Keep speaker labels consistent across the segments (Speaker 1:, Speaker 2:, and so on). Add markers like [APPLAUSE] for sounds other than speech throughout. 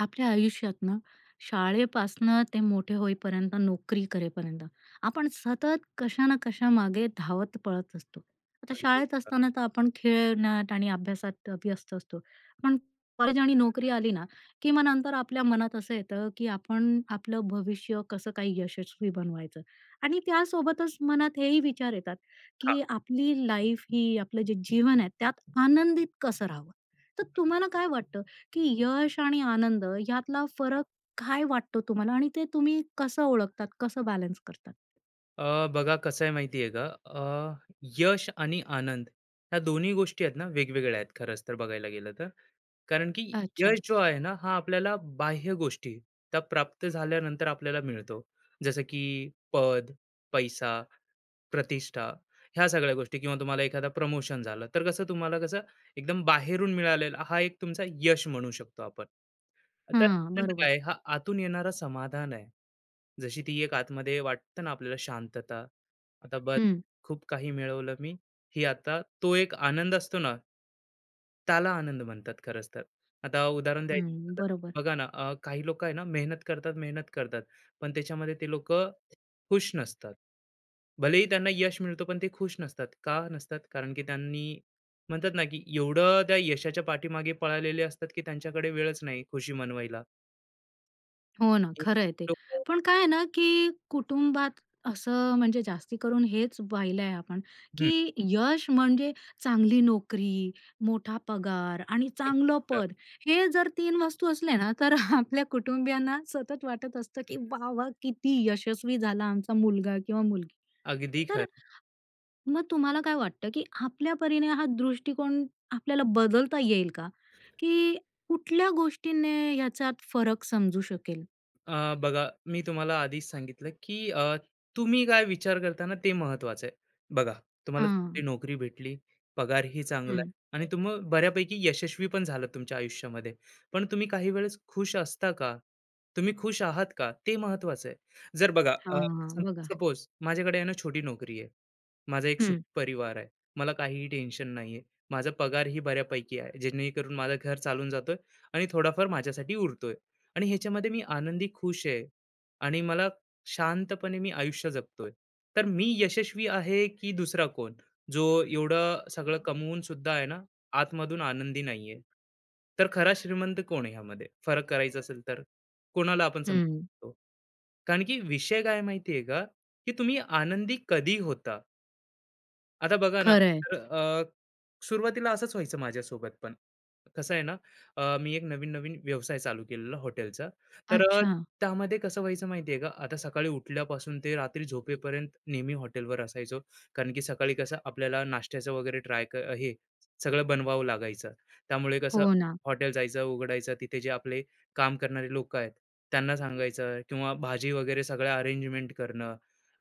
Speaker 1: आपल्या आयुष्यात ना, शाळेपासनं ते मोठे होईपर्यंत, नोकरी करेपर्यंत, आपण सतत कशा ना कशा मागे धावत पळत असतो. आता शाळेत असताना तर आपण खेळण्यात आणि अभ्यासात व्यस्त असतो. पण कॉलेज आणि नोकरी आली ना, की मग नंतर आपल्या मनात असं येतं, की आपण आपलं भविष्य कसं काही यशस्वी बनवायचं आणि त्यासोबतच मनात हेही विचार येतात, की आपली लाईफ ही आपलं जे जीवन आहे, त्यात आनंदित कसं राहावं? तर तुम्हाला काय वाटतं? की यश आणि आनंद ह्यातला फरक काय वाटतो तुम्हाला आणि ते तुम्ही कसं ओळखतात, कसं बॅलन्स करतात?
Speaker 2: बघा कसं आहे माहिती आहे का यश आणि आनंद ह्या दोन्ही गोष्टी आहेत ना वेगवेगळ्या आहेत खरंच तर बघायला गेलं तर. कारण की
Speaker 1: अच्छा.
Speaker 2: यश जो आहे ना हा आपल्याला बाह्य गोष्टी त्या प्राप्त झाल्यानंतर आपल्याला मिळतो. जसं की पद, पैसा, प्रतिष्ठा, ह्या सगळ्या गोष्टी किंवा तुम्हाला एखादा प्रमोशन झालं, तर कसं तुम्हाला कसं एकदम बाहेरून मिळालेला हा एक तुमचा यश म्हणू शकतो आपण. तर
Speaker 1: हां,
Speaker 2: अत्यंत
Speaker 1: बरोबर.
Speaker 2: काय हा आतून येणारा समाधान आहे. जशी ती एक आतमध्ये वाटतं ना आपल्याला शांतता, आता बस
Speaker 1: हं.
Speaker 2: खूप काही मिळवलं मी, ही आता तो एक आनंद असतो ना, त्याला आनंद म्हणतात खरंच तर. आता उदाहरण द्यायचं
Speaker 1: हं,
Speaker 2: झालं,
Speaker 1: बरोबर.
Speaker 2: बघा ना. काही लोकं आहे ना, मेहनत करतात, मेहनत करतात, पण त्याच्यामध्ये ते लोकं खुश नसतात. भलेही त्यांना यश मिळतो, पण ते खुश नसतात. का नसतात? कारण की त्यांनी म्हणतात ना, की एवढं त्या यशाच्या पाठीमागे पळालेले असतात, की त्यांच्याकडे वेळच नाही खुशी मनवायला.
Speaker 1: हो ना,
Speaker 2: एक
Speaker 1: खरं आहे ते.
Speaker 2: लोकं.
Speaker 1: पण काय आहे ना, की कुटुंबात असं म्हणजे जास्ती करून हेच पाहिलंय आपण,
Speaker 2: हं,
Speaker 1: की यश म्हणजे चांगली नोकरी, मोठा पगार आणि
Speaker 2: अगदी
Speaker 1: चांगलं
Speaker 2: खरं.
Speaker 1: पद. हे जर 3 वस्तू असल्या ना, तर [LAUGHS] आपल्या कुटुंबियांना सतत वाटत असतं, की "वाह! वाह! किती यशस्वी झाला आमचा मुलगा किंवा मुलगी."
Speaker 2: अगदी
Speaker 1: तर
Speaker 2: खरं.
Speaker 1: मग तुम्हाला काय वाटतं, की आपल्या परीने हा दृष्टिकोन आपल्याला बदलता येईल का? की कुठल्या गोष्टीने ह्याच्यात फरक समजू शकेल?
Speaker 2: बघा, मी तुम्हाला आधीच सांगितलं, की तुम्ही काय विचार करता ना ते महत्त्वाचं आहे. बघा, तुम्हाला चांगली
Speaker 1: हां.
Speaker 2: नोकरी भेटली, पगारही चांगला आहे
Speaker 1: हं.
Speaker 2: आणि तुम्ही बऱ्यापैकी यशस्वी पण झालात तुमच्या आयुष्यामध्ये. पण तुम्ही काही वेळेस खुश असता का? तुम्ही खुश आहात का? ते महत्त्वाचं आहे. जर बघा,
Speaker 1: हां, बघा.
Speaker 2: सपोज माझ्याकडे आहे ना छोटी नोकरी आहे. माझा एक
Speaker 1: हं,
Speaker 2: सुखी परिवार आहे. मला काहीही टेन्शन नाही. माझा पगारही बऱ्यापैकी आहे, जेणेकरून माझं घर चालून जातोय आणि थोडाफार माझ्यासाठी उरतोय. आणि ह्याच्यामध्ये मी आनंदी, खुश आहे आणि मला शांतपणे मी आयुष्य जगतोय. तर मी यशस्वी आहे की दुसरा कोण? जो एवढं सगळं कमवून सुद्धा आहे ना, आतमधून आनंदी नाहीये. तर खरा श्रीमंत कोण आहे ह्यामध्ये? फरक करायचा असेल तर कोणाला आपण समजू.
Speaker 1: हं.
Speaker 2: कारण की विषय काय माहिती का, की तुम्ही आनंदी कधी होता? आता बघा ना,
Speaker 1: खरं आहे.
Speaker 2: तर सुरुवातीला असंच व्हायचं माझ्यासोबत पण. कसं आहे ना, मी एक नवीन-नवीन व्यवसाय चालू केलेला हॉटेलचा. तर
Speaker 1: अच्छा.
Speaker 2: त्यामध्ये कसं व्हायचं माहिती का, आता सकाळी उठल्यापासून ते रात्री झोपेपर्यंत नेहमी हॉटेलवर असायचो. कारण की सकाळी कसं आपल्याला नाश्त्याचं वगैरे ट्राय, हे सगळं बनवावं लागायचं. त्यामुळे कसं
Speaker 1: हो ना.
Speaker 2: हॉटेल जायचं, उघडायचं, तिथे जे आपले काम करणारे लोकं आहेत, त्यांना सांगायचं किंवा भाजी वगैरे सगळ्या अरेंजमेंट करणं.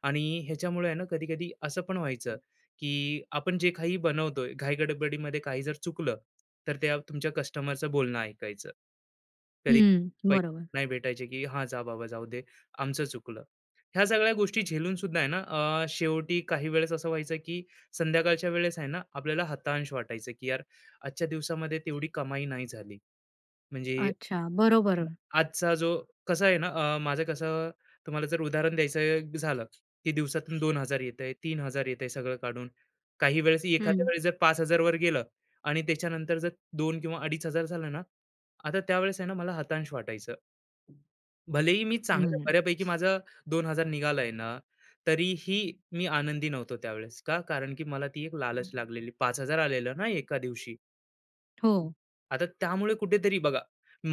Speaker 2: आणि ह्याच्यामुळे आहे ना, कधी-कधी असं पण व्हायचं, की आपण जे काही बनवतोय, घाईगडबडीमध्ये काही जर चुकलं, तर त्या तुमच्या कस्टमरचं बोलणं ऐकायचं. कधी
Speaker 1: हं,
Speaker 2: पैसे
Speaker 1: बरोबर.
Speaker 2: नाही भेटायचे, की "हां, जा बाबा जाऊ दे, आमचं चुकलं." ह्या सगळ्या गोष्टी झेलून सुद्धा आहे ना, शेवटी काही वेळेस असं व्हायचं, की संध्याकाळच्या वेळेस आहे ना आपल्याला हताश वाटायचं, की यार, आजच्या दिवसामध्ये तेवढी कमाई नाही झाली. म्हणजे
Speaker 1: अच्छा, बरोबर.
Speaker 2: आजचा जो कसा आहे ना, माझं कसं तुम्हाला जर उदाहरण द्यायचं झालं, की दिवसातून 2,000 येतंय, 3,000 येतंय सगळं काढून. काही वेळेस
Speaker 1: हं.
Speaker 2: एखाद्या वेळेस जर 5,000 वर गेलं आणि त्याच्यानंतर जर 2 किंवा 2,500 झालं ना, आता त्यावेळेस आहे ना मला हताश वाटायचं. भलेही मी चांगलं
Speaker 1: हं.
Speaker 2: बऱ्यापैकी माझं 2,000 निघालाय ना, तरीही मी आनंदी नव्हतो त्यावेळेस. का? कारण की मला ती एक लालच लागलेली. 5,000 आलेलं ना एका दिवशी.
Speaker 1: हो,
Speaker 2: आता त्यामुळे कुठेतरी बघा,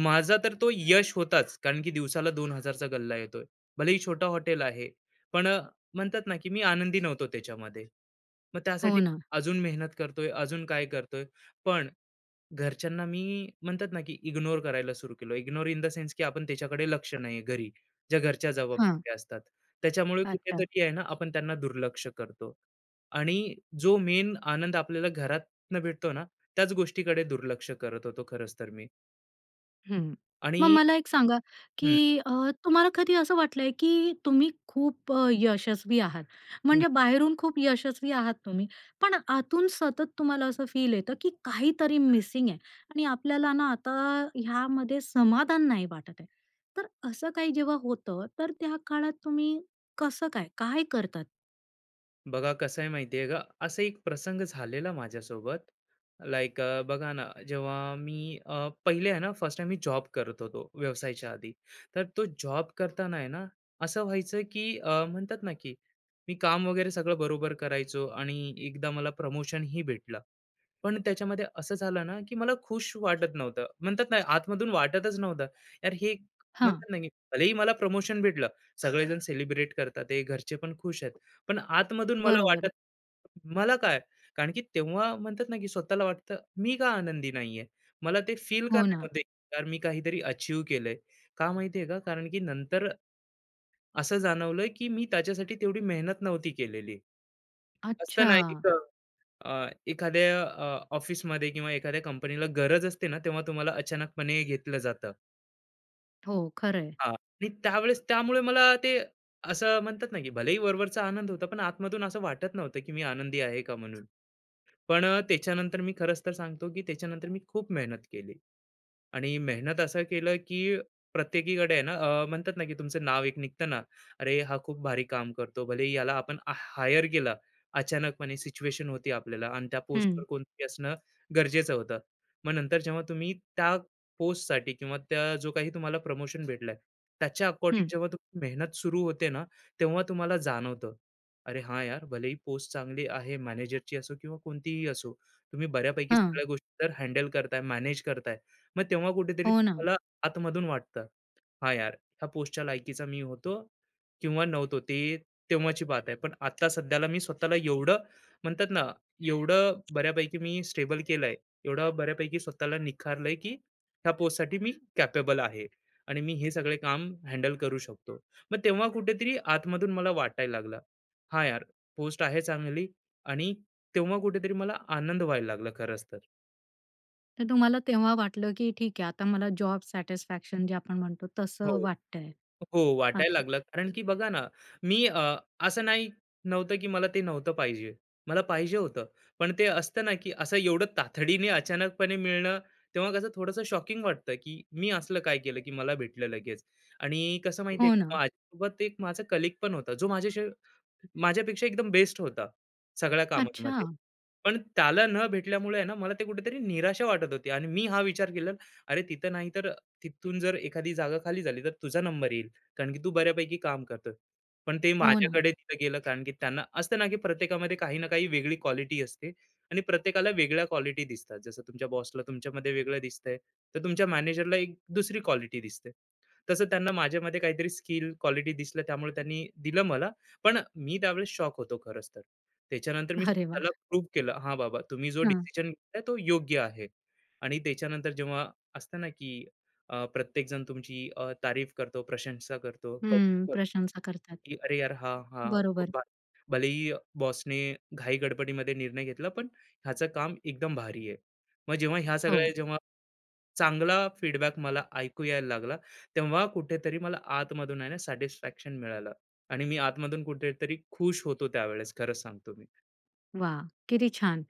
Speaker 2: माझा तर तो यश होताच, कारण की दिवसाला 2,000चा गल्ला येतोय. भलेही छोटं हॉटेल आहे, पण म्हणतात ना, की मी आनंदी नव्हतो त्याच्यामध्ये. मग
Speaker 1: हो
Speaker 2: त्यासाठी
Speaker 1: ना.
Speaker 2: अजून मेहनत करतोय, अजून काय करतोय. पण घरच्यांना मी म्हणतात ना, की इग्नोर करायला सुरू केलं. इग्नोर इन द सेन्स की आपण त्याच्याकडे लक्ष नाही घरी, ज्या घरच्या
Speaker 1: हां.
Speaker 2: जबाबदाऱ्या असतात. त्याच्यामुळे
Speaker 1: अच्छा.
Speaker 2: कुठेतरी आहे ना, आपण त्यांना दुर्लक्ष करतो आणि जो मेन आनंद आपल्याला घरातनं भेटतो ना, त्याच गोष्टीकडे दुर्लक्ष करत होतो खरंच तर मी.
Speaker 1: हं.
Speaker 2: आणि
Speaker 1: मग मला एक सांगा,
Speaker 2: हं,
Speaker 1: की तुम्हाला कधी असं वाटलंय, की तुम्ही खूप यशस्वी आहात? म्हणजे बाहेरून खूप यशस्वी आहात तुम्ही, पण आतून सतत तुम्हाला असं फील येतं, की काहीतरी मिसिंग आहे आणि आपल्याला ना आता ह्यामध्ये समाधान नाही वाटत आहे. तर असं काही जेव्हा होतं, तर त्या काळात तुम्ही कसं काय, काय करतात?
Speaker 2: बघा कसं आहे माहिती आहे का, असा एक प्रसंग झालेला माझ्यासोबत. लाईक, बघा ना, जेव्हा मी पहिले आहे ना फर्स्ट टाइम मी जॉब करत होतो व्यवसायाच्या आधी, तर तो जॉब करताना आहे ना असं व्हायचं की, म्हणतात ना की मी काम वगैरे सगळं बरोबर करायचो आणि एकदा मला प्रमोशन ही भेटलं. पण त्याच्यामध्ये असं झालं ना, की मला खुश वाटत नव्हतं. म्हणतात ना, आतमधून वाटतच नव्हतं. यार, हे एक
Speaker 1: हां,
Speaker 2: म्हणतात ना, की भलेही मला प्रमोशन भेटलं. सगळेजण सेलिब्रेट करतात आहे, घरचे पण खुश आहेत. पण आतमधून मला
Speaker 1: बरोबर.
Speaker 2: वाटत, मला काय? कारण की तेव्हा म्हणतात ना, की स्वतःला वाटतं, मी का आनंदी नाहीये? मला ते फील का
Speaker 1: हो
Speaker 2: नाही
Speaker 1: ना.
Speaker 2: होत आहे? यार, मी काहीतरी अचीव्ह केलंय. का माहिती का? कारण की नंतर असं जाणवलं, की मी त्याच्यासाठी तेवढी मेहनत नव्हती केलेली. असतं
Speaker 1: अच्छा.
Speaker 2: ना, एक एखाद्या ऑफिसमध्ये किंवा एखाद्या कंपनीला गरज असते ना, तेव्हा तुम्हाला अचानकपणे घेतलं जातं.
Speaker 1: हो, खरंय.
Speaker 2: हां. आणि त्यावेळेस त्यामुळे मला ते असं म्हणतात ना, की भलेही वरवरचा आनंद होता, पण आतमधून असं वाटत नव्हतं, की मी आनंदी आहे का म्हणून. पण त्याच्यानंतर मी खरंच तर सांगतो, की त्याच्यानंतर मी खूप मेहनत केली. आणि मेहनत असं केलं, की प्रत्येकीकडे आहे ना, म्हणतात ना, की तुमचं नाव एक निघतं ना, "अरे, हा खूप भारी काम करतो." भले याला आपण हायर केलं, अचानकपणे सिच्युएशन होती आपल्याला आणि त्या
Speaker 1: हं,
Speaker 2: पोस्टवर कोणतरी असणं गरजेचं होतं. मग नंतर जेव्हा तुम्ही त्या पोस्टसाठी किंवा त्या जो काही तुम्हाला प्रमोशन भेटलाय, त्याच्या अकॉर्डिंग
Speaker 1: हं.
Speaker 2: जेव्हा तुमची मेहनत सुरू होते ना, तेव्हा तुम्हाला जाणवतं, "अरे हां, यार, भलेही पोस्ट चांगली आहे, मॅनेजरची असो किंवा कोणतीही असो, तुम्ही बऱ्यापैकी
Speaker 1: हां.
Speaker 2: सगळ्या गोष्टी तर हँडल करताय, मॅनेज करताय." मग तेव्हा कुठेतरी
Speaker 1: हो ना.
Speaker 2: तुम्हाला आतमधून वाटतं, "हां यार, ह्या पोस्टच्या लायकीचा मी होतो किंवा नव्हतो." ते तेव्हाची बात आहे. पण आता सध्याला मी स्वतःला एवढं म्हणतात ना, एवढं बऱ्यापैकी मी स्टेबल केलंय, एवढं बऱ्यापैकी स्वतःला निखारलंय, की ह्या पोस्टसाठी मी कॅपेबल आहे आणि मी हे सगळे काम हँडल करू शकतो. मग तेव्हा कुठेतरी आतमधून मला वाटायला लागलं, "हां यार, पोस्ट आहे चांगली." आणि तेव्हा कुठेतरी मला आनंद व्हायला लागला खरंच तर.
Speaker 1: तर तुम्हाला तेव्हा वाटलं, की ठीक आहे, आता मला जॉब सॅटिस्फॅक्शन जे आपण म्हणतो तसं
Speaker 2: हो.
Speaker 1: वाटतंय.
Speaker 2: हो, वाटायला
Speaker 1: अच्छा.
Speaker 2: लागलं. कारण की बघा ना, मी असं नाही नव्हतं, की मला ते नव्हतं पाहिजे. मला पाहिजे होतं. पण ते असतं ना, की असं एवढं तातडीने अचानकपणे मिळणं, तेव्हा कसं थोडंसं शॉकिंग वाटतं, की मी असलं काय केलं, की मला भेटलं लगेच. आणि कसं माहिती आहे
Speaker 1: हो ना.
Speaker 2: का, माझ्यासोबत एक माझा कलीग पण होता, जो माझ्याशी, माझ्यापेक्षा एकदम बेस्ट होता सगळ्या
Speaker 1: अच्छा.
Speaker 2: कामांमध्ये. पण त्याला न भेटल्यामुळे आहे ना, मला ते कुठेतरी निराशा वाटत होती आणि मी हा विचार केला, "अरे तिथं नाही तर तिथून जर एखादी जागा खाली झाली तर तुझा नंबर येईल, कारण की तू बऱ्यापैकी काम करतोय." पण ते
Speaker 1: हो ना.
Speaker 2: माझ्याकडे तिथं गेलं, कारण की त्यांना असतं ना, की प्रत्येकामध्ये काही ना काही वेगळी क्वालिटी असते आणि प्रत्येकाला वेगळ्या क्वालिटी दिसतात. जसं तुमच्या बॉसला तुमच्यामध्ये वेगळं दिसतंय, तर तुमच्या मॅनेजरला एक दुसरी क्वालिटी दिसते. तसं त्यांना माझ्यामध्ये काहीतरी स्किल, क्वालिटी दिसलं, त्यामुळे त्यांनी दिलं मला. पण मी त्यावेळेस शॉक होतो खरंच तर. त्याच्यानंतर मी
Speaker 1: अरे
Speaker 2: स्वतःला
Speaker 1: वाह!
Speaker 2: प्रूव्ह केलं, "हां, बाबा तुम्ही जो
Speaker 1: हां.
Speaker 2: डिसिजन घेतलाय तो योग्य आहे." आणि त्याच्यानंतर जेव्हा असतं ना, की प्रत्येकजण तुमची तारीफ करतो, प्रशंसा करतो, कौतुक
Speaker 1: हं.
Speaker 2: करतो,
Speaker 1: प्रशंसा करतात.
Speaker 2: की "अरे यार! हां, हां, खूप
Speaker 1: बरोबर.
Speaker 2: भारी." भलेही बॉसने घाई-गडबडीमध्ये निर्णय घेतला, पण ह्याचं काम एकदम भारी आहे. मग जेव्हा ह्या
Speaker 1: हो.
Speaker 2: सगळ्या जेव्हा चांगला फीडबॅक मला ऐकू यायला लागला, तेव्हा कुठेतरी मला आतमधून आहे ना, सॅटिस्फॅक्शन मिळालं आणि मी आतमधून कुठेतरी खुश होतो त्यावेळेस, खरं सांगतो मी.
Speaker 1: वा, किती छान.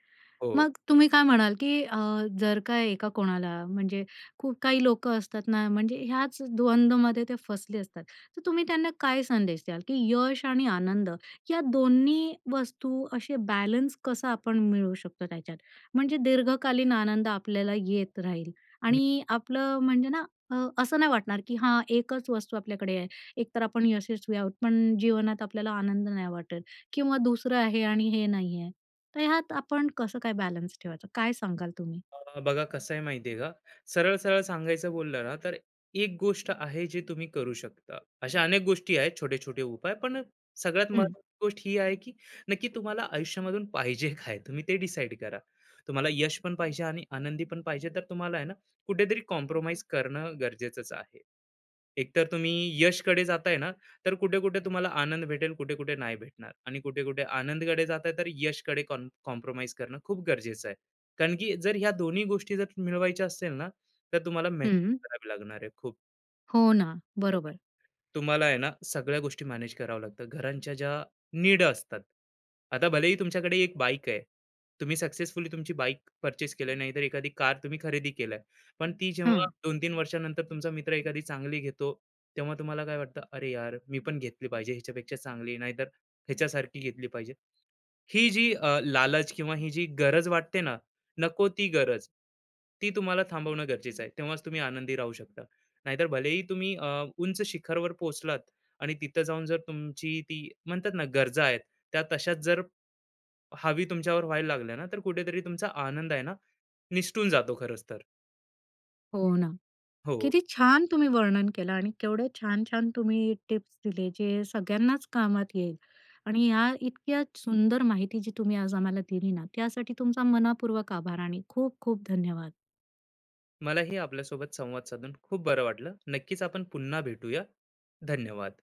Speaker 2: हो.
Speaker 1: मग तुम्ही काय म्हणाल, की जर का एका कोणाला म्हणजे खूप काही लोकं असतात ना, म्हणजे ह्याच द्वंदमध्ये ते फसले असतात. तर तुम्ही त्यांना काय संदेश द्याल, की यश आणि आनंद या दोन्ही वस्तू असे बॅलन्स कसा आपण मिळवू शकतो त्याच्यात? म्हणजे दीर्घकालीन आनंद आपल्याला येत राहील आणि आपलं म्हणजे ना, अ, असं नाही वाटणार, की हां, एकच वस्तू आपल्याकडे आहे. एकतर आपण यशस्वी आहोत, पण जीवनात आपल्याला आनंद नाही वाटत किंवा दुसरं आहे आणि हे नाहीये. तर ह्यात आपण कसं काय बॅलन्स ठेवायचं? काय सांगाल तुम्ही?
Speaker 2: बघा कसं आहे माहिती आहे का, सरळ सरळ सांगायचं बोललं ना तर, एक गोष्ट आहे जी तुम्ही करू शकता, अशा अनेक गोष्टी आहेत, छोटे छोटे उपाय. पण सगळ्यात
Speaker 1: हं,
Speaker 2: महत्वाची गोष्ट ही आहे की नक्की तुम्हाला आयुष्यामधून पाहिजे काय, तुम्ही ते डिसाईड करा. तुम्हाला यश पण पाहिजे आणि आनंदी पण पाहिजे, तर तुम्हाला आहे ना कुठेतरी कॉम्प्रोमाइज करणं गरजेचंच आहे. एकतर तुम्ही यशकडे जाताय ना, तर कुठे कुठे तुम्हाला आनंद भेटेल, कुठे कुठे नाही भेटणार. आणि कुठे कुठे आनंदकडे जाताय तर यशकडे कॉम्प्रोमाइज करणं खूप गरजेचं आहे. कारण की जर ह्या दोन्ही गोष्टी जर मिळवायच्या असतील ना, तर तुम्हाला
Speaker 1: हं.
Speaker 2: मेहनत करावी लागणार आहे खूप.
Speaker 1: हो ना.
Speaker 2: बघा,
Speaker 1: बरोबर.
Speaker 2: तुम्हाला आहे ना सगळ्या गोष्टी मॅनेज कराव्या लागतात. घरांच्या ज्या नीड असतात. आता भलेही तुमच्याकडे एक बाईक आहे. तुम्ही सक्सेसफुली तुमची बाईक परचेस केली, नाहीतर एखादी कार तुम्ही खरेदी केली आहे. पण ती जेव्हा
Speaker 1: हां.
Speaker 2: 2-3 वर्षानंतर तुमचा मित्र एखादी चांगली घेतो, तेव्हा तुम्हाला काय वाटतं, "अरे यार, मी पण घेतली पाहिजे ह्याच्यापेक्षा चांगली, नाहीतर ह्याच्यासारखी घेतली पाहिजे." ही जी लालच किंवा ही जी गरज वाटते ना, नको ती गरज, ती तुम्हाला थांबवणं गरजेचं आहे. तेव्हाच तुम्ही आनंदी राहू शकता. नाहीतर भलेही तुम्ही उंच शिखरवर पोहोचलात आणि तिथं जाऊन जर तुमची ती म्हणतात ना, गरजा आहेत, त्या तशाच जर हावी तुमच्यावर व्हायला लागल्या ना, तर कुठेतरी तुमचा आनंद आहे ना, निसटून जातो खरंच तर.
Speaker 1: हो ना.
Speaker 2: हो.
Speaker 1: किती छान तुम्ही वर्णन केलं आणि केवढे छान-छान तुम्ही टिप्स दिले, जे सगळ्यांनाच कामात येईल. आणि ह्या इतक्या सुंदर माहिती जी तुम्ही आज आम्हाला दिली ना, त्यासाठी तुमचा मनःपूर्वक आभार आणि खूप खूप धन्यवाद.
Speaker 2: मलाही आपल्यासोबत संवाद साधून खूप बरं वाटलं. नक्कीच आपण पुन्हा भेटूया. धन्यवाद.